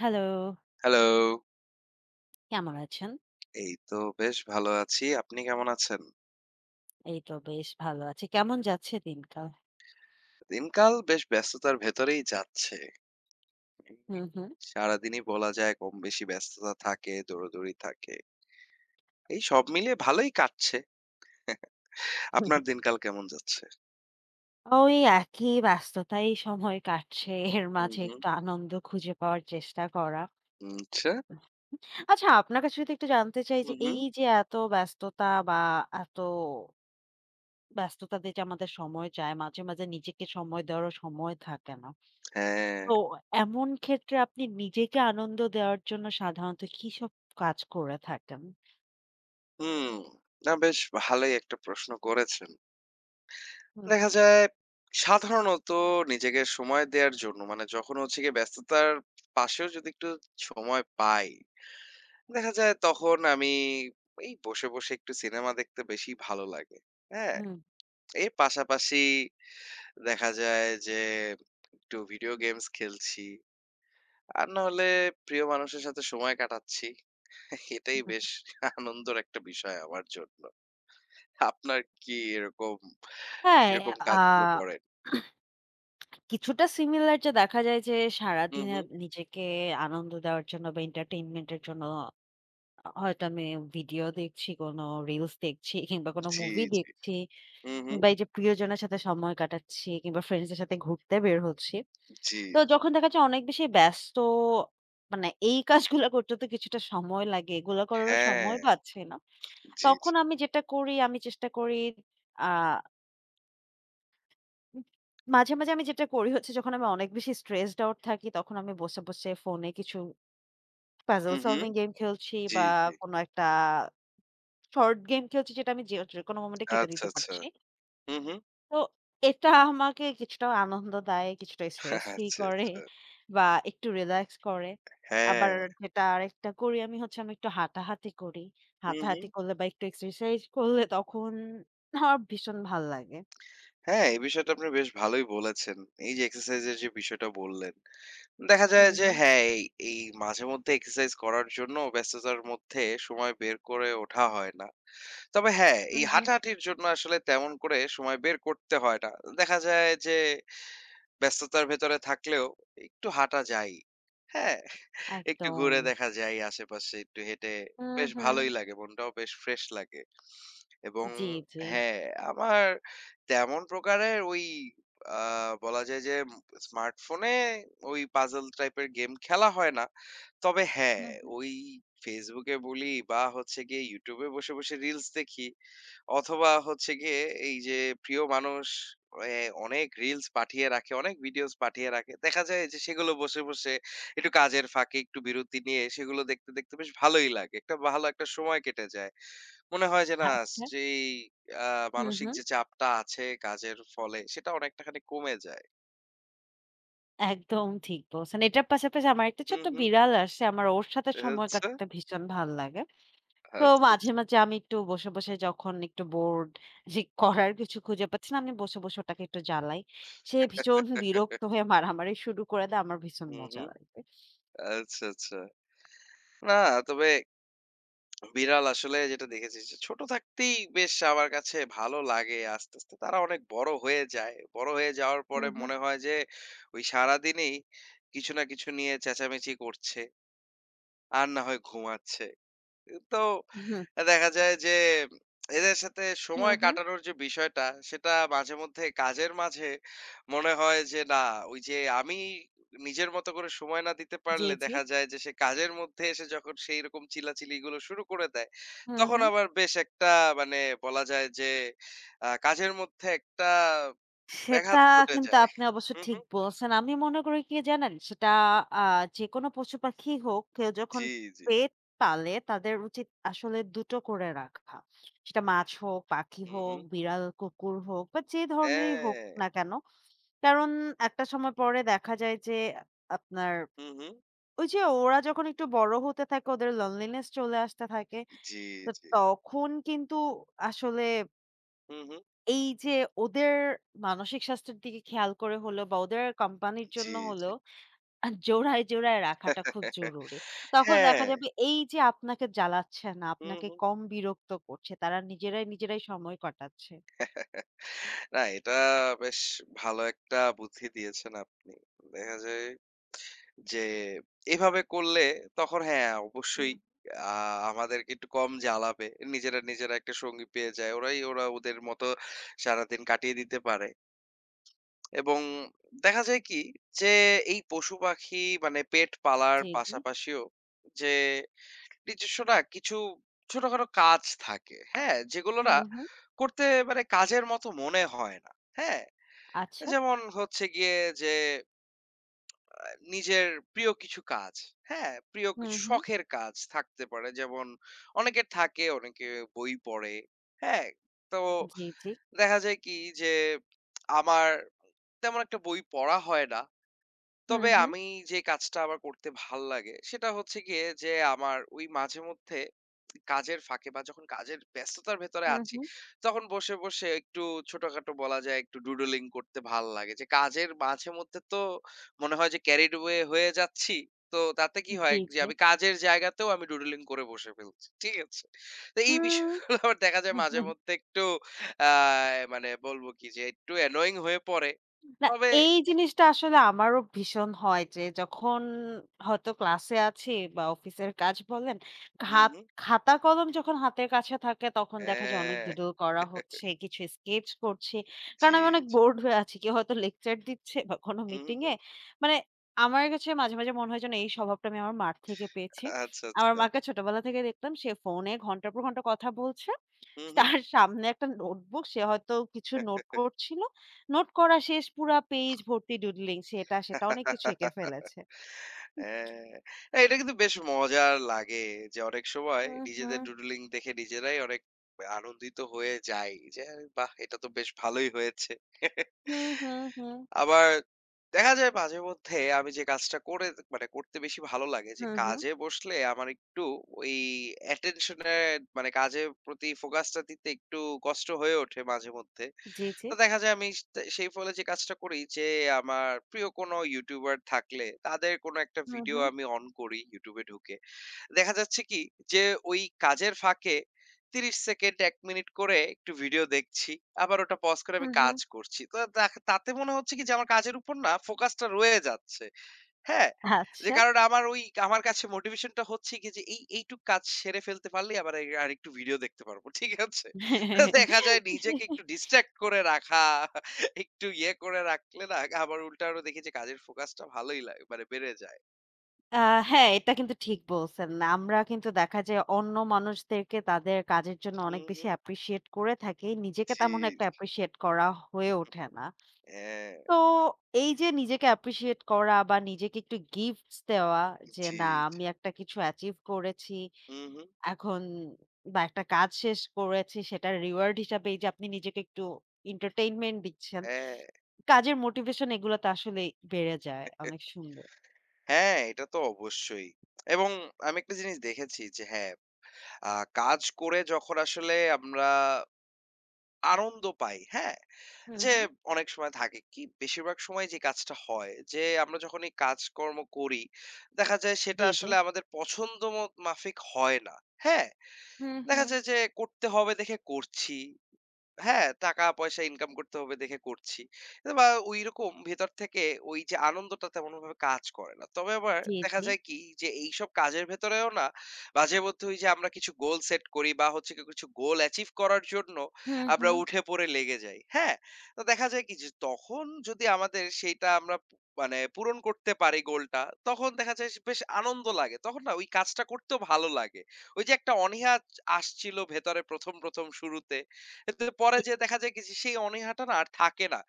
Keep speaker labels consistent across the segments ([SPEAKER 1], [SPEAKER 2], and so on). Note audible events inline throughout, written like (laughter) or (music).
[SPEAKER 1] Hello,
[SPEAKER 2] hello.
[SPEAKER 1] কেমন আছেন?
[SPEAKER 2] এই তো বেশ ভালো আছি। আপনি কেমন আছেন?
[SPEAKER 1] এই তো বেশ ভালো আছি। কেমন যাচ্ছে দিনকাল?
[SPEAKER 2] দিনকাল বেশ ব্যস্ততার ভেতরেই যাচ্ছে।
[SPEAKER 1] হুম, হুম।
[SPEAKER 2] সারাদিনই বলা যায় কম-বেশি ব্যস্ততা থাকে, দৌড়াদৌড়ি থাকে। এই সব মিলিয়ে ভালোই কাটছে। আপনার দিনকাল কেমন যাচ্ছে?
[SPEAKER 1] ওই একই ব্যস্ততায় সময় কাটছে। এর
[SPEAKER 2] হুম,
[SPEAKER 1] মাঝে
[SPEAKER 2] হুম।
[SPEAKER 1] একটু আনন্দ খুঁজে পাওয়ার চেষ্টা করা।
[SPEAKER 2] আচ্ছা।
[SPEAKER 1] আচ্ছা, আপনার কাছে যদি একটু জানতে চাই
[SPEAKER 2] হুম,
[SPEAKER 1] যে
[SPEAKER 2] হুম।
[SPEAKER 1] এই যে এত ব্যস্ততাতে যে আমাদের সময় যায়, মাঝে, মাঝে নিজেকে সময় দেওয়ারও সময় থাকে না।
[SPEAKER 2] হ্যাঁ।
[SPEAKER 1] তো এমন ক্ষেত্রে আপনি নিজেকে আনন্দ দেওয়ার জন্য সাধারণত কিসব কাজ করে থাকেন?
[SPEAKER 2] হুম। না বেশ ভালোই একটা প্রশ্ন করেছেন।
[SPEAKER 1] হুম,
[SPEAKER 2] দেখা
[SPEAKER 1] হুম,
[SPEAKER 2] যায় সাধারণত নিজেকে সময় দেয়ার জন্য মানে যখন হচ্ছে গিয়ে ব্যস্ততার পাশেও যদি একটু সময় পাই দেখা যায় তখন আমি এই বসে, বসে একটু সিনেমা দেখতে বেশি ভালো লাগে। হ্যাঁ?
[SPEAKER 1] হুম,
[SPEAKER 2] এর পাশাপাশি দেখা যায় যে একটু ভিডিও গেমস খেলছি। আর না হলে প্রিয় মানুষের সাথে সময় কাটাচ্ছি। এটাই
[SPEAKER 1] হুম।
[SPEAKER 2] বেশ আনন্দর একটা বিষয় আমার জন্য। আপনার কি এরকম
[SPEAKER 1] হ্যাঁ,
[SPEAKER 2] এরকম
[SPEAKER 1] আ
[SPEAKER 2] কাজগুলো করেন?
[SPEAKER 1] কিছুটা সিমিলার যে দেখা যায় যে
[SPEAKER 2] হুম,
[SPEAKER 1] সারাদিনে
[SPEAKER 2] হুম।
[SPEAKER 1] নিজেকে আনন্দ দেওয়ার জন্য বা entertainment এর জন্য হয়তো আমি ভিডিও দেখছি, কোনো রিলস দেখছি কিংবা কোনো
[SPEAKER 2] জি,
[SPEAKER 1] মুভি
[SPEAKER 2] জি।
[SPEAKER 1] দেখছি
[SPEAKER 2] হুম, হুম।
[SPEAKER 1] বা এই যে প্রিয়জনের সাথে সময় কাটাচ্ছি কিংবা ফ্রেন্ডসদের সাথে ঘুরতে বের হচ্ছি।
[SPEAKER 2] জি,
[SPEAKER 1] তো
[SPEAKER 2] জি।
[SPEAKER 1] যখন দেখা যায় অনেক বেশি ব্যস্ত, মানে এই কাজগুলা করতে তো কিছুটা সময় লাগে। এগুলা করারও
[SPEAKER 2] হ্যাঁ।
[SPEAKER 1] সময় পাচ্ছি না।
[SPEAKER 2] জি, জি।
[SPEAKER 1] তখন আমি যেটা করি, আমি চেষ্টা করি, আ উম মাঝে, মাঝে আমি যেটা করি হচ্ছে যখন আমি অনেক বেশি stressed out থাকি তখন আমি বসে, বসে ফোনে কিছু puzzle
[SPEAKER 2] হুম, হুম।
[SPEAKER 1] solving গেম খেলছি
[SPEAKER 2] জি,
[SPEAKER 1] বা
[SPEAKER 2] জি।
[SPEAKER 1] কোনো একটা শর্ট গেম খেলছি যেটা আমি যে যেকোনো মোমেন্টে কেটে
[SPEAKER 2] আচ্ছা,
[SPEAKER 1] দিতে
[SPEAKER 2] আচ্ছা।
[SPEAKER 1] পারছি।
[SPEAKER 2] হুম, হুম।
[SPEAKER 1] তো এটা আমাকে কিছুটা আনন্দ দেয়, কিছুটা স্ট্রেস ফ্রি
[SPEAKER 2] আচ্ছা,
[SPEAKER 1] করে
[SPEAKER 2] আচ্ছা।
[SPEAKER 1] বা একটু রিল্যাক্স করে।
[SPEAKER 2] হ্যাঁ।
[SPEAKER 1] আবার যেটা আরেকটা করি আমি হচ্ছে আমি একটু হাঁটাহাঁটি করি।
[SPEAKER 2] হুম, হুম।
[SPEAKER 1] হাঁটাহাঁটি করলে বা একটু এক্সারসাইজ করলে তখন আমার ভীষণ ভাল লাগে।
[SPEAKER 2] হ্যাঁ, এই বিষয়টা আপনি বেশ ভালোই বলেছেন। এই যে এক্সারসাইজ এর যে বিষয়টা বললেন, দেখা যায়
[SPEAKER 1] হুম,
[SPEAKER 2] যে
[SPEAKER 1] হুম,
[SPEAKER 2] হ্যাঁ, এই এই মাঝেমধ্যে এক্সারসাইজ করার জন্য ব্যস্ততার মধ্যে সময় বের করে ওঠা হয় না। তবে হ্যাঁ, এই
[SPEAKER 1] হুম, হুম।
[SPEAKER 2] হাঁটাহাঁটির জন্য আসলে তেমন করে সময় বের করতে হয় না। দেখা যায় যে ব্যস্ততার ভেতরে থাকলেও একটু হাঁটা যায়ই। হ্যাঁ, একটু
[SPEAKER 1] একদম।
[SPEAKER 2] ঘুরে দেখা যায় আশেপাশে একটু হেঁটে
[SPEAKER 1] হুম,
[SPEAKER 2] বেশ
[SPEAKER 1] হুম।
[SPEAKER 2] ভালোই লাগে মনটাও বেশ ফ্রেশ লাগে এবং
[SPEAKER 1] জি, জি।
[SPEAKER 2] হ্যাঁ আমার তেমন প্রকারের ওই বলা যায় যে স্মার্টফোনে ওই পাজল টাইপের গেম খেলা হয় না তবে হ্যাঁ
[SPEAKER 1] হুম, হুম।
[SPEAKER 2] ওই ফেসবুকে বলি বা হচ্ছে গিয়ে ইউটিউবে বসে বসে রিলস দেখি অথবা হচ্ছে গিয়ে এই যে প্রিয় মানুষ এ অনেক রিলস পাঠিয়ে রাখে, অনেক ভিডিওস পাঠিয়ে রাখে। দেখা যায় যে সেগুলো বসে, বসে একটু কাজের ফাঁকে একটু বিরতি নিয়ে সেগুলো দেখতে, দেখতে বেশ ভালোই লাগে। একটা ভালো একটা সময় কেটে যায়। মনে হয় যে না
[SPEAKER 1] আচ্ছা।
[SPEAKER 2] যেই আ
[SPEAKER 1] হুম,
[SPEAKER 2] মানসিক
[SPEAKER 1] হুম।
[SPEAKER 2] যে চাপটা আছে কাজের ফলে সেটা অনেকটা খানি কমে যায়।
[SPEAKER 1] একদম ঠিক বলছেন। এটার পাশাপাশি আমার একটা
[SPEAKER 2] হুম,
[SPEAKER 1] ছোট্ট
[SPEAKER 2] হুম।
[SPEAKER 1] বিড়াল আসছে। আমার ওর সাথে সময়
[SPEAKER 2] আচ্ছা,
[SPEAKER 1] কাটাতে ভীষণ ভাল লাগে। তো
[SPEAKER 2] আচ্ছা,
[SPEAKER 1] মাঝে,
[SPEAKER 2] আচ্ছা।
[SPEAKER 1] মাঝে আমি একটু বসে, বসে যখন একটু বোর্ড যে করার কিছু খুঁজে পাচ্ছি না, আমি বসে, বসে ওটাকে একটু জ্বালাই। সে ভীষণ বিরক্ত
[SPEAKER 2] (laughs)
[SPEAKER 1] হয়ে মারামারি শুরু করে দেয়। আমার ভীষণ
[SPEAKER 2] হুম,
[SPEAKER 1] মজা
[SPEAKER 2] হুম।
[SPEAKER 1] লাগে।
[SPEAKER 2] আচ্ছা, আচ্ছা। না তবে বিড়াল আসলে যেটা দেখেছি যে ছোট থাকতেই বেশ আমার কাছে ভালো লাগে। আস্তে, আস্তে তারা অনেক বড় হয়ে যায়। বড় হয়ে যাওয়ার
[SPEAKER 1] হুম,
[SPEAKER 2] পরে
[SPEAKER 1] হুম।
[SPEAKER 2] মনে হয় যে ওই সারাদিনই কিছু না কিছু নিয়ে চেঁচামেচি করছে। আর না হয় ঘুমাচ্ছে। তো
[SPEAKER 1] হুম,
[SPEAKER 2] দেখা যায় যে এদের সাথে
[SPEAKER 1] হুম,
[SPEAKER 2] সময়
[SPEAKER 1] হুম।
[SPEAKER 2] কাটানোর যে বিষয়টা সেটা মাঝে মধ্যে কাজের মাঝে মনে হয় যে না ওই যে আমি নিজের মতো করে সময় না দিতে
[SPEAKER 1] জি,
[SPEAKER 2] পারলে
[SPEAKER 1] জি।
[SPEAKER 2] দেখা যায় যে সে কাজের মধ্যে এসে যখন সেই রকম চিল্লাচিলি গুলো শুরু করে দেয়
[SPEAKER 1] হুম,
[SPEAKER 2] তখন
[SPEAKER 1] হুম।
[SPEAKER 2] আবার বেশ একটা মানে বলা যায় যে কাজের মধ্যে একটা
[SPEAKER 1] সেটা
[SPEAKER 2] ব্যাঘাত ঘটে
[SPEAKER 1] কিন্তু
[SPEAKER 2] যায়।
[SPEAKER 1] আপনি অবশ্য
[SPEAKER 2] হুম,
[SPEAKER 1] ঠিক
[SPEAKER 2] হুম।
[SPEAKER 1] বলছেন। আমি মনে করি কি জানেন? সেটা আ যেকোনো পশু-পাখি হোক, কেউ যখন
[SPEAKER 2] জি, জি।
[SPEAKER 1] পেট পালে তাদের উচিত আসলে ২টো টো করে রাখা। সেটা মাছ হোক, পাখি
[SPEAKER 2] হুম,
[SPEAKER 1] হোক,
[SPEAKER 2] হুম।
[SPEAKER 1] বিড়াল, কুকুর হোক বা যে ধরনেরই হোক
[SPEAKER 2] হ্যাঁ।
[SPEAKER 1] না কেন। কারণ একটা সময় পরে দেখা যায় যে আপনার
[SPEAKER 2] হুম, হুম।
[SPEAKER 1] ওই যে ওরা যখন একটু বড় হতে থাকে ওদের loneliness চলে আসতে থাকে।
[SPEAKER 2] জি,
[SPEAKER 1] তো
[SPEAKER 2] জি।
[SPEAKER 1] তখন কিন্তু আসলে
[SPEAKER 2] হুম, হুম।
[SPEAKER 1] এই যে ওদের মানসিক স্বাস্থ্যের দিকে খেয়াল করে হলেও বা ওদের কোম্পানির
[SPEAKER 2] জি,
[SPEAKER 1] জন্য
[SPEAKER 2] জি।
[SPEAKER 1] হলেও জোড়ায়, জোড়ায় রাখাটা খুব জরুরি। তখন
[SPEAKER 2] হ্যাঁ,
[SPEAKER 1] দেখা যাবে এই যে আপনাকে জ্বালাচ্ছে না,
[SPEAKER 2] হুম,
[SPEAKER 1] আপনাকে
[SPEAKER 2] হুম।
[SPEAKER 1] কম বিরক্ত করছে, তারা নিজেরাই, নিজেরাই সময় কাটাচ্ছে।
[SPEAKER 2] না এটা বেশ ভালো একটা বুদ্ধি দিয়েছেন আপনি। দেখা যায় যে এভাবে করলে তখন হ্যাঁ,
[SPEAKER 1] হুম।
[SPEAKER 2] অবশ্যই আ আমাদেরকে একটু কম জ্বালাবে। নিজেরা, নিজেরা একটা সঙ্গী পেয়ে যায়। ওরাই ওরা ওদের মতো সারাদিন কাটিয়ে দিতে পারে। এবং দেখা যায় কি যে এই পশু-পাখি মানে পেট পালার
[SPEAKER 1] জি, জি।
[SPEAKER 2] পাশাপাশিও যে নিজস্ব না কিছু ছোটখাটো কাজ থাকে, হ্যাঁ? যেগুলো না
[SPEAKER 1] হুম, হুম।
[SPEAKER 2] করতে মানে কাজের মতো মনে হয় না, হ্যাঁ?
[SPEAKER 1] আচ্ছা।
[SPEAKER 2] যেমন হচ্ছে গিয়ে যে আ নিজের প্রিয় কিছু কাজ, হ্যাঁ? প্রিয়
[SPEAKER 1] হুম,
[SPEAKER 2] কিছু
[SPEAKER 1] হুম।
[SPEAKER 2] শখের কাজ থাকতে পারে। যেমন অনেকের থাকে, অনেকে বই পড়ে, হ্যাঁ? তো
[SPEAKER 1] জি, জি।
[SPEAKER 2] দেখা যায় কি যে আমার তেমন একটা বই পড়া হয় না।
[SPEAKER 1] হুম,
[SPEAKER 2] তবে
[SPEAKER 1] হুম।
[SPEAKER 2] আমি যে কাজটা আমার করতে ভাল লাগে সেটা হচ্ছে গিয়ে যে আমার ওই মাঝে মধ্যে কাজের ফাঁকে বা যখন কাজের ব্যস্ততার ভেতরে
[SPEAKER 1] হুম,
[SPEAKER 2] আছি
[SPEAKER 1] হুম।
[SPEAKER 2] তখন বসে বসে একটু ছোটখাটো বলা যায় একটু ডুডলিং করতে ভাল লাগে যে কাজের মাঝে মধ্যে তো মনে হয় যে ক্যারিড ওয়ে হয়ে যাচ্ছি তো তাতে কি হয়
[SPEAKER 1] জি,
[SPEAKER 2] যে
[SPEAKER 1] জি।
[SPEAKER 2] আমি কাজের জায়গাতেও আমি ডুডলিং করে বসে ফেলছি ঠিক আছে তো এই
[SPEAKER 1] হুম।
[SPEAKER 2] বিষয়গুলো আবার দেখা যায় মাঝে মধ্যে একটু মানে বলবো কি যে একটু অ্যানোয়িং হয়ে পড়ে
[SPEAKER 1] না,
[SPEAKER 2] তবে
[SPEAKER 1] এই জিনিসটা আসলে আমারও ভীষণ হয় যে যখন হয়তো ক্লাসে আছি বা অফিসের কাজ বলেন,
[SPEAKER 2] হম
[SPEAKER 1] হাত খাতা কলম যখন হাতের কাছে থাকে তখন দেখা যায় অনেক
[SPEAKER 2] হ্যাঁ।
[SPEAKER 1] ডুডল করা হচ্ছে, কিছু স্কেচ করছি। কারণ
[SPEAKER 2] জি,
[SPEAKER 1] আমি অনেক
[SPEAKER 2] জি।
[SPEAKER 1] বোর্ড হয়ে আছি। কেউ হয়তো লেকচার দিচ্ছে বা কোনো
[SPEAKER 2] হুম,
[SPEAKER 1] মিটিং
[SPEAKER 2] হুম।
[SPEAKER 1] এ। মানে আমার কাছে মাঝে, মাঝে মনে হয় যেন এই স্বভাবটা আমি আমার মার থেকে পেয়েছি।
[SPEAKER 2] আচ্ছা,
[SPEAKER 1] আমার
[SPEAKER 2] আচ্ছা।
[SPEAKER 1] মাকে ছোটবেলা থেকে দেখতাম সে ফোনে ঘন্টার পর ঘন্টা কথা বলছে।
[SPEAKER 2] হুম, হুম।
[SPEAKER 1] তার সামনে একটা নোটবুক সে হয়তো কিছু নোট করছিল। নোট করা শেষ পুরা পেজ ভর্তি ডুডলিং, সেটা অনেক কিছু এঁকে ফেলেছে।
[SPEAKER 2] হ্যাঁ। না, এটা কিন্তু বেশ মজার লাগে যে অনেক সময়
[SPEAKER 1] হুম,
[SPEAKER 2] নিজেদের
[SPEAKER 1] হুম,
[SPEAKER 2] ডুডলিং দেখে নিজেরাই অনেক আনন্দিত হয়ে যাই যে, "আরে বাহ! এটা তো বেশ ভালোই হয়েছে।"
[SPEAKER 1] হুম, হুম, হুম,
[SPEAKER 2] আবার দেখা যায় মাঝে মধ্যে আমি যে কাজটা করে মানে করতে বেশি ভালো লাগে যে
[SPEAKER 1] হুম, হুম।
[SPEAKER 2] কাজে বসলে আমার একটু ওই attention এর মানে কাজের প্রতি ফোকাসটা দিতে একটু কষ্ট হয়ে ওঠে মাঝে মধ্যে।
[SPEAKER 1] জি, জি।
[SPEAKER 2] তো দেখা যায় আমি স সেই ফলে যে কাজটা করি যে আমার প্রিয় কোনো ইউটিউবার থাকলে তাদের কোনো একটা
[SPEAKER 1] হুম,
[SPEAKER 2] ভিডিও
[SPEAKER 1] হুম,
[SPEAKER 2] আমি অন করি YouTube এ ঢুকে। দেখা যাচ্ছে কি যে ওই কাজের ফাঁকে ৩০ সেকেন্ড ১ মিনিট করে একটু ভিডিও দেখছি। আবার ওটা পজ করে আমি
[SPEAKER 1] হুম, হুম।
[SPEAKER 2] কাজ করছি। তো দেখ তাতে মনে হচ্ছে কি যে আমার কাজের উপর না ফোকাসটা রয়ে যাচ্ছে। হ্যাঁ, যে
[SPEAKER 1] আচ্ছা।
[SPEAKER 2] কারণে আমার ওই আমার কাছে মোটিভেশন টা হচ্ছে গিয়ে যে এই এইটুক কাজ সেরে ফেলতে পারলেই আবার আরেকটু ভিডিও দেখতে পারবো। (laughs) ঠিক আছে? দেখা যায় নিজেকে একটু ডিস্ট্রাক্ট করে রাখা, একটু ইয়ে করে রাখলে না আবার উল্টা আরো দেখি যে কাজের ফোকাসটা ভালোই লাগে মানে বেড়ে যায়।
[SPEAKER 1] আ হ্যাঁ, এটা কিন্তু ঠিক বলছেন। আমরা কিন্তু দেখা যায় অন্য মানুষদেরকে তাদের কাজের জন্য অনেক
[SPEAKER 2] হুম,
[SPEAKER 1] বেশি
[SPEAKER 2] হুম।
[SPEAKER 1] অ্যাপ্রিশিয়েট করে থাকি। নিজেকে
[SPEAKER 2] জি,
[SPEAKER 1] তেমন একটা
[SPEAKER 2] জি।
[SPEAKER 1] অ্যাপ্রিশিয়েট করা হয়ে ওঠে না।
[SPEAKER 2] হ্যাঁ,
[SPEAKER 1] তো এই যে নিজেকে অ্যাপ্রিশিয়েট করা বা নিজেকে একটু গিফটস দেওয়া যে,
[SPEAKER 2] জি,
[SPEAKER 1] না
[SPEAKER 2] জি।
[SPEAKER 1] আমি একটা কিছু অ্যাচিভ করেছি।
[SPEAKER 2] হুম, হুম।
[SPEAKER 1] এখন বা একটা কাজ শেষ করেছি সেটার রিওয়ার্ড হিসাবে এই যে আপনি নিজেকে একটু এন্টারটেইনমেন্ট দিচ্ছেন।
[SPEAKER 2] হ্যাঁ,
[SPEAKER 1] কাজের মোটিভেশন এগুলো তো আসলেই বেড়ে যায় অনেক সুন্দর।
[SPEAKER 2] হ্যাঁ, এটা তো অবশ্যই। এবং আমি একটা জিনিস দেখেছি যে হ্যাঁ, আ কাজ করে যখন আসলে আমরা আনন্দ পাই, হ্যাঁ?
[SPEAKER 1] হুম,
[SPEAKER 2] যে
[SPEAKER 1] হুম।
[SPEAKER 2] অনেক সময় থাকে কি বেশিরভাগ সময় যে কাজটা হয় যে আমরা যখন এই কাজকর্ম করি দেখা যায় সেটা
[SPEAKER 1] জি, জি।
[SPEAKER 2] আসলে আমাদের পছন্দ মত মাফিক হয় না হ্যাঁ
[SPEAKER 1] হুম,
[SPEAKER 2] দেখা
[SPEAKER 1] হুম।
[SPEAKER 2] যায় যে করতে হবে দেখে করছি হ্যাঁ, টাকা-পয়সা ইনকাম করতে হবে দেখে করছি। বা ঐরকম ভেতর থেকে ওই যে আনন্দটা তেমনভাবে কাজ করে না। তবে আবার
[SPEAKER 1] জি,
[SPEAKER 2] দেখা
[SPEAKER 1] জি।
[SPEAKER 2] যায় কি যে এইসব কাজের ভেতরেও না মাঝে মধ্যে ওই যে আমরা কিছু গোল সেট করি বা হচ্ছে গিয়ে কিছু গোল অ্যাচিভ করার জন্য
[SPEAKER 1] হুম,
[SPEAKER 2] আমরা
[SPEAKER 1] হুম।
[SPEAKER 2] উঠে পড়ে লেগে যাই। হ্যাঁ? তো দেখা যায় কি যে তখন যদি আমাদের সেইটা আমরা পু মানে পূরণ করতে পারি গোলটা, তখন দেখা যায় বেশ আনন্দ লাগে। তখন না ওই কাজটা করতেও ভালো লাগে। ওই যে একটা অনীহা আসছিল ভেতরে ১ম শুরুতে। কিন্তু পরে
[SPEAKER 1] জি।
[SPEAKER 2] যেয়ে দেখা যায় কি যে সেই অনীহাটা না আর থাকে না।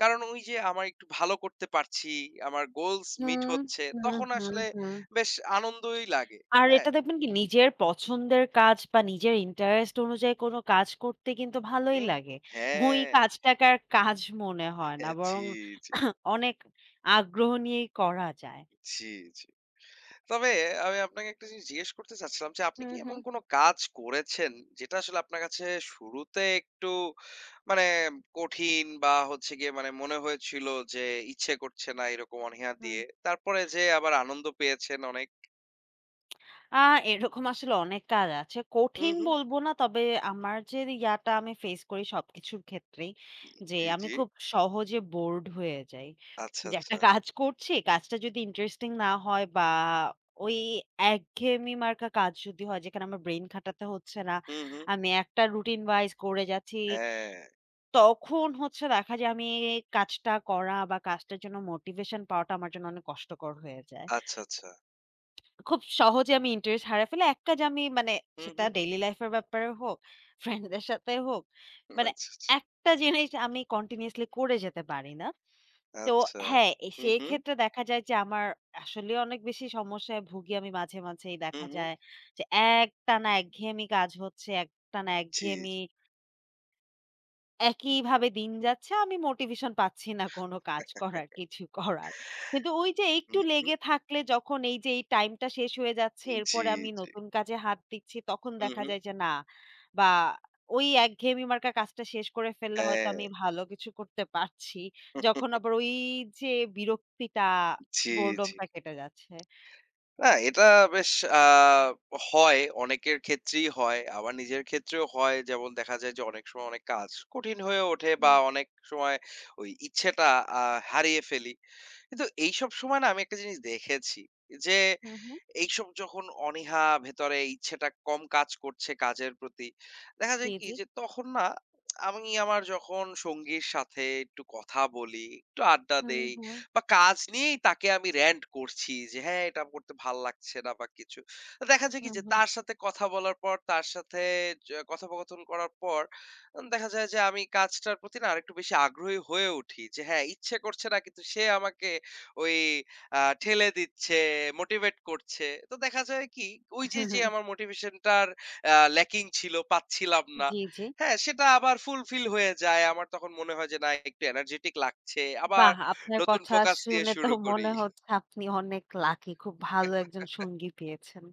[SPEAKER 2] কারণ ওই যে আমার একটু ভালো করতে পারছি, আমার goals meet
[SPEAKER 1] হুম,
[SPEAKER 2] হচ্ছে,
[SPEAKER 1] হুম,
[SPEAKER 2] তখন
[SPEAKER 1] হুম,
[SPEAKER 2] আসলে
[SPEAKER 1] হুম।
[SPEAKER 2] বেশ আনন্দই লাগে।
[SPEAKER 1] আর
[SPEAKER 2] হ্যাঁ?
[SPEAKER 1] এটা দেখবেন কি নিজের পছন্দের কাজ বা নিজের ইন্টারেস্ট অনুযায়ী কোনো কাজ করতে কিন্তু ভালোই
[SPEAKER 2] হুম,
[SPEAKER 1] লাগে। ওই
[SPEAKER 2] হ্যাঁ,
[SPEAKER 1] কাজটাকে আর কাজ মনে হয় না
[SPEAKER 2] হ্যাঁ, জি,
[SPEAKER 1] বরং
[SPEAKER 2] জি,
[SPEAKER 1] অনেক আগ্রহ নিয়েই করা যায়।
[SPEAKER 2] জি, জি। তবে আমি আপনাকে একটা জিনিস জিজ্ঞেস করতে চাচ্ছিলাম যে আপনি
[SPEAKER 1] হুম,
[SPEAKER 2] কি এমন
[SPEAKER 1] হুম,
[SPEAKER 2] কোন কাজ করেছেন যেটা আসলে আপনার কাছে শুরুতে একটু মানে কঠিন বা হচ্ছে গিয়ে মানে মনে হয়েছিল যে ইচ্ছে করছে না এরকম অনীহা
[SPEAKER 1] হুম।
[SPEAKER 2] দিয়ে। তারপরে যেয়ে আবার আনন্দ পেয়েছেন অনেক?
[SPEAKER 1] আ এরকম আসলে অনেক কাজ আছে।
[SPEAKER 2] হু,
[SPEAKER 1] কঠিন
[SPEAKER 2] হু।
[SPEAKER 1] বলব না। তবে আমার যে ইয়াটা আমি ফেস করি সবকিছুর ক্ষেত্রেই যে
[SPEAKER 2] জি,
[SPEAKER 1] আমি
[SPEAKER 2] জি।
[SPEAKER 1] খুব সহজে বোরড হয়ে যাই।
[SPEAKER 2] আচ্ছা,
[SPEAKER 1] যে
[SPEAKER 2] আচ্ছা।
[SPEAKER 1] একটা কাজ করছি, কাজটা যদি ইন্টারেস্টিং না হয় বা ওই একঘেয়েমি মার্কা কাজ যদি হয় যেখানে আমার ব্রেইন খাটাতে হচ্ছে না।
[SPEAKER 2] হুম, হুম।
[SPEAKER 1] আমি একটা রুটিন ওয়াইজ করে যাচ্ছি।
[SPEAKER 2] হ্যাঁ।
[SPEAKER 1] তখন হচ্ছে দেখা যায় আমি কাজটা করা বা কাজটার জন্য মোটিভেশন পাওয়াটা আমার জন্য অনেক কষ্টকর হয়ে যায়।
[SPEAKER 2] আচ্ছা, আচ্ছা।
[SPEAKER 1] খুব সহজে আমি ইন্টারেস্ট হারায় ফেলি। এক কাজ আমি, মানে
[SPEAKER 2] হুম,
[SPEAKER 1] সেটা
[SPEAKER 2] হুম।
[SPEAKER 1] ডেইলি লাইফ এর ব্যাপারে হোক, ফ্রেন্ডদের সাথে হোক, মানে
[SPEAKER 2] আচ্ছা, আচ্ছা।
[SPEAKER 1] একটা জিনিস আমি কন্টিনিউয়াসলি করে যেতে পারি না। তো
[SPEAKER 2] আচ্ছা।
[SPEAKER 1] হ্যাঁ, এ
[SPEAKER 2] হুম, হুম।
[SPEAKER 1] সেক্ষেত্রে দেখা যায় যে আমার আসলে অনেক বেশি সমস্যায় ভুগি আমি মাঝে, মাঝেই
[SPEAKER 2] হুম,
[SPEAKER 1] দেখা
[SPEAKER 2] হুম।
[SPEAKER 1] যায় যে একটানা একঘেয়েমি কাজ হচ্ছে, একটানা
[SPEAKER 2] জি,
[SPEAKER 1] একঘেয়েমি
[SPEAKER 2] জি।
[SPEAKER 1] একইভাবে দিন যাচ্ছে, আমি মোটিভেশন পাচ্ছি না কোন কাজ করার, কিছু করার। কিন্তু ওই যে একটু
[SPEAKER 2] হুম, হুম।
[SPEAKER 1] লেগে থাকলে, যখন এই যে এই টাইমটা শেষ হয়ে যাচ্ছে,
[SPEAKER 2] জি,
[SPEAKER 1] এরপরে আমি
[SPEAKER 2] জি।
[SPEAKER 1] নতুন কাজে হাত দিচ্ছি তখন
[SPEAKER 2] হুম,
[SPEAKER 1] দেখা
[SPEAKER 2] হুম।
[SPEAKER 1] যায় যে না, বা ওই একঘেয়েমি মার্কা কাজটা শেষ করে ফেললে হয়তো
[SPEAKER 2] হ্যাঁ।
[SPEAKER 1] আমি ভালো কিছু করতে পারছি। যখন আবার ওই যে বিরক্তিটা,
[SPEAKER 2] জি, জি।
[SPEAKER 1] বোরডমটা কেটে যাচ্ছে।
[SPEAKER 2] না এটা বেশ আ হয়। অনেকের ক্ষেত্রেই হয়। আবার নিজের ক্ষেত্রেও হয়। যেমন দেখা যায় যে অনেক সময় অনেক কাজ কঠিন হয়ে ওঠে বা
[SPEAKER 1] হুম,
[SPEAKER 2] অনেক সময় ওই ইচ্ছেটা আ হারিয়ে ফেলি। কিন্তু এইসব সময় না আমি একটা জিনিস দেখেছি যে
[SPEAKER 1] হুম, হুম।
[SPEAKER 2] এইসব যখন অনীহা ভেতরে ইচ্ছেটা কম কাজ করছে কাজের প্রতি, দেখা যায়
[SPEAKER 1] জি,
[SPEAKER 2] কি
[SPEAKER 1] জি।
[SPEAKER 2] যে তখন না আমি আমার যখন সঙ্গীর সাথে একটু কথা বলি, একটু আড্ডা
[SPEAKER 1] হুম,
[SPEAKER 2] দেই
[SPEAKER 1] হুম,
[SPEAKER 2] বা কাজ নিয়েই তাকে আমি rant করছি যে, "হ্যাঁ, এটা করতে ভাল লাগছে না" বা কিছু। তো দেখা যায় কি
[SPEAKER 1] হুম,
[SPEAKER 2] যে
[SPEAKER 1] হুম।
[SPEAKER 2] তার সাথে কথা বলার পর, তার সাথে কথোপকথন করার পর দেখা যায় যে আমি কাজটার প্রতি না আরেকটু বেশি আগ্রহী হয়ে উঠি যে হ্যাঁ, ইচ্ছে করছে না কিন্তু সে আমাকে ওই ঠেলে দিচ্ছে, মোটিভেট করছে। তো দেখা যায় কি ওই
[SPEAKER 1] (laughs)
[SPEAKER 2] যে,
[SPEAKER 1] হুম,
[SPEAKER 2] যে
[SPEAKER 1] হুম,
[SPEAKER 2] আমার মোটিভেশনটার ল্যাকিং ছিল, পাচ্ছিলাম না।
[SPEAKER 1] জি, জি।
[SPEAKER 2] হ্যাঁ, সেটা আবার ফুলফিল হয়ে যায়। আমার তখন মনে হয় যে না একটু এনার্জেটিক লাগছে। আবার
[SPEAKER 1] বাহ! আপনার
[SPEAKER 2] নতুন
[SPEAKER 1] কথা
[SPEAKER 2] ফোকাস দিয়ে
[SPEAKER 1] শুনে তো
[SPEAKER 2] শুরু করি।
[SPEAKER 1] মনে হচ্ছে আপনি অনেক লাকি। খুব ভালো একজন সঙ্গী পেয়েছেন।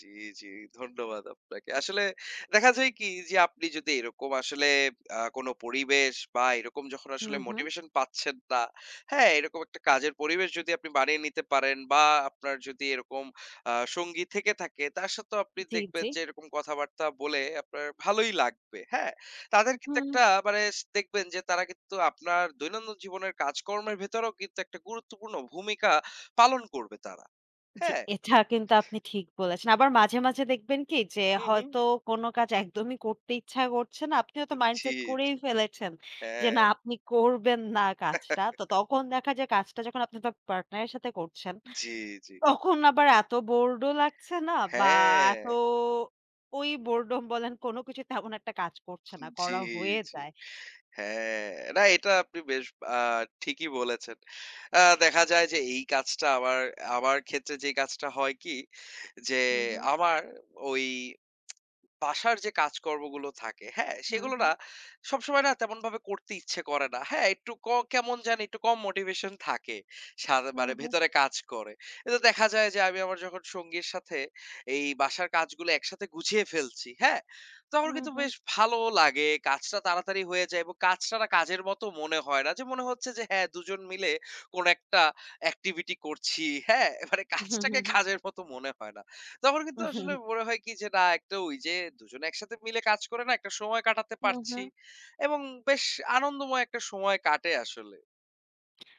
[SPEAKER 2] জি, জি। ধন্যবাদ আপনাকে। আসলে দেখা যায় কি যে আপনি যদি এরকম আসলে কোন পরিবেশ বা এরকম যখন আসলে
[SPEAKER 1] হুম, হুম।
[SPEAKER 2] মোটিভেশন পাচ্ছেন না, হ্যাঁ? এরকম একটা কাজের পরিবেশ যদি আপনি বানিয়ে নিতে পারেন বা আপনার যদি এরকম সঙ্গী থেকে থাকে তার সাথেও আপনি
[SPEAKER 1] জি,
[SPEAKER 2] দেখবেন
[SPEAKER 1] জি।
[SPEAKER 2] যে এরকম কথাবার্তা বলে আপনার ভালোই লাগবে, হ্যাঁ? তাদের কিন্তু
[SPEAKER 1] হুম,
[SPEAKER 2] একটা মানে দেখবেন যে তারা কিন্তু আপনার দৈনন্দিন জীবনের কাজকর্মের ভেতরেও কিন্তু একটা গুরুত্বপূর্ণ ভূমিকা পালন করবে তারা।
[SPEAKER 1] জি,
[SPEAKER 2] হ্যাঁ?
[SPEAKER 1] এটা কিন্তু আপনি ঠিক বলেছেন। আবার মাঝে, মাঝে দেখবেন কি যে
[SPEAKER 2] হু, হু।
[SPEAKER 1] হয়তো কোনো কাজ একদমই করতে ইচ্ছা করছে না। আপনি হয়তো
[SPEAKER 2] জি।
[SPEAKER 1] মাইন্ডসেট করেই ফেলেছেন যে
[SPEAKER 2] হ্যাঁ,
[SPEAKER 1] না, আপনি করবেন না কাজটা। তো তখন দেখা যায় কাজটা যখন আপনি আপনার পার্টনারের সাথে করছেন
[SPEAKER 2] জি, জি।
[SPEAKER 1] তখন আবার এত বোরড ও লাগছে না বা
[SPEAKER 2] হ্যাঁ,
[SPEAKER 1] এত ওই বোরডম বলেন কোনো কিছু তেমন একটা কাজ করছে না।
[SPEAKER 2] জি,
[SPEAKER 1] করা হয়ে
[SPEAKER 2] জি।
[SPEAKER 1] যায়।
[SPEAKER 2] হ্যাঁ, না এটা আপনি বেশ আ ঠিকই বলেছেন। দেখা যায় যে এই কাজটা আমার আমার ক্ষেত্রে যে কাজটা হয় কি যে
[SPEAKER 1] হুম, হুম,
[SPEAKER 2] আমার ওই বাসার যে কাজকর্মগুলো থাকে, হ্যাঁ?
[SPEAKER 1] হুম,
[SPEAKER 2] সেগুলো না
[SPEAKER 1] হুম,
[SPEAKER 2] সবসময় না তেমনভাবে করতে ইচ্ছে করে না। হ্যাঁ, একটু ক কেমন জানি একটু কম মোটিভেশন থাকে। সাদ
[SPEAKER 1] হুম,
[SPEAKER 2] মানে
[SPEAKER 1] হুম,
[SPEAKER 2] ভেতরে কাজ করে। কিন্তু দেখা যায় যে আমি আমার যখন সঙ্গীর সাথে এই বাসার কাজগুলো একসাথে গুছিয়ে ফেলছি, হ্যাঁ? তখন
[SPEAKER 1] হুম, হুম,
[SPEAKER 2] কিন্তু
[SPEAKER 1] হুম,
[SPEAKER 2] বেশ ভালো লাগে। কাজটা তাড়াতাড়ি হয়ে যায় এবং কাজটা না কাজের মতো মনে হয় না। যে মনে হচ্ছে যে হ্যাঁ, দুজন মিলে কোনো একটা এক্টিভিটি করছি, হ্যাঁ? মানে
[SPEAKER 1] হুম,
[SPEAKER 2] কাজটাকে
[SPEAKER 1] হুম,
[SPEAKER 2] কাজের মতো মনে হয় না। তখন কিন্তু আসলে
[SPEAKER 1] হুম।
[SPEAKER 2] মনে হয় কি যে না একটা ওই যে দুজনে একসাথে মিলে কাজ করে না একটা সময় কাটাতে
[SPEAKER 1] হুম
[SPEAKER 2] পারছি
[SPEAKER 1] হুম।
[SPEAKER 2] এবং বেশ আনন্দময় একটা সময় কাটে আসলে।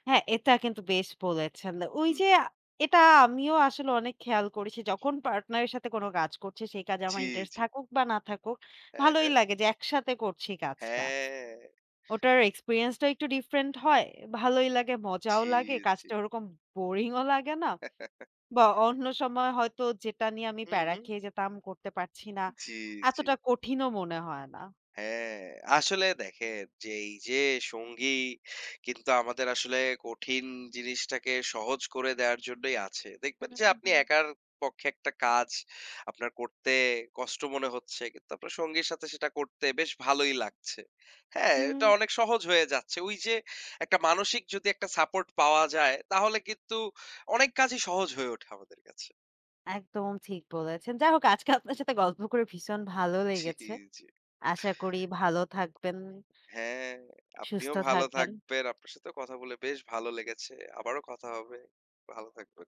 [SPEAKER 1] হ্যাঁ, এটা কিন্তু বেশ বলেছেন। ওই
[SPEAKER 2] হুম,
[SPEAKER 1] যে
[SPEAKER 2] হুম।
[SPEAKER 1] এটা আমিও আসলে অনেক খেয়াল করেছি। যখন পার্টনার এর সাথে কোনো কাজ করছি, সেই কাজে আমার
[SPEAKER 2] জি,
[SPEAKER 1] ইন্টারেস্ট
[SPEAKER 2] জি।
[SPEAKER 1] থাকুক বা না থাকুক,
[SPEAKER 2] হ্যাঁ,
[SPEAKER 1] ভালোই
[SPEAKER 2] হ্যাঁ।
[SPEAKER 1] লাগে যে একসাথে করছি কাজটা।
[SPEAKER 2] হ্যাঁ,
[SPEAKER 1] ওটার এক্সপেরিয়েন্স টা একটু ডিফারেন্ট হয়। ভালোই লাগে, মজাও
[SPEAKER 2] জি,
[SPEAKER 1] লাগে,
[SPEAKER 2] জি।
[SPEAKER 1] কাজটা ওরকম বোরিং ও লাগে না।
[SPEAKER 2] (laughs)
[SPEAKER 1] বা অন্য সময় হয়তো যেটা নিয়ে আমি
[SPEAKER 2] হুম,
[SPEAKER 1] প্যারা
[SPEAKER 2] হুম।
[SPEAKER 1] খেয়ে যেতাম, করতে পারছি না,
[SPEAKER 2] জি, জি।
[SPEAKER 1] এতটা কঠিনও মনে হয় না।
[SPEAKER 2] হ্যাঁ, আসলে দেখেন যে এই যে সঙ্গী কিন্তু আমাদের আসলে কঠিন জিনিসটাকে সহজ করে দেওয়ার জন্যই আছে। দেখবেন
[SPEAKER 1] হুম,
[SPEAKER 2] যে আপনি
[SPEAKER 1] হুম।
[SPEAKER 2] একার পক্ষে একটা কাজ আপনার করতে কষ্ট মনে হচ্ছে কিন্তু আপনার সঙ্গীর সাথে সেটা করতে বেশ ভালোই লাগছে। হ্যাঁ, এটা
[SPEAKER 1] হুম।
[SPEAKER 2] অনেক সহজ হয়ে যাচ্ছে। ওই যে একটা মানসিক যদি একটা সাপোর্ট পাওয়া যায় তাহলে কিন্তু অনেক কাজই সহজ হয়ে ওঠে আমাদের কাছে।
[SPEAKER 1] একদম ঠিক বলেছেন। যাই হোক আজকে আপনার সাথে গল্প করে ভীষণ ভালো
[SPEAKER 2] জি,
[SPEAKER 1] লেগেছে।
[SPEAKER 2] জি।
[SPEAKER 1] আশা করি ভালো থাকবেন,
[SPEAKER 2] হ্যাঁ, আপনিও
[SPEAKER 1] সুস্থ
[SPEAKER 2] ভালো
[SPEAKER 1] থাকবেন।
[SPEAKER 2] থাকবেন। আপনার সাথেও কথা বলে বেশ ভালো লেগেছে। আবারও কথা হবে। ভালো থাকবেন।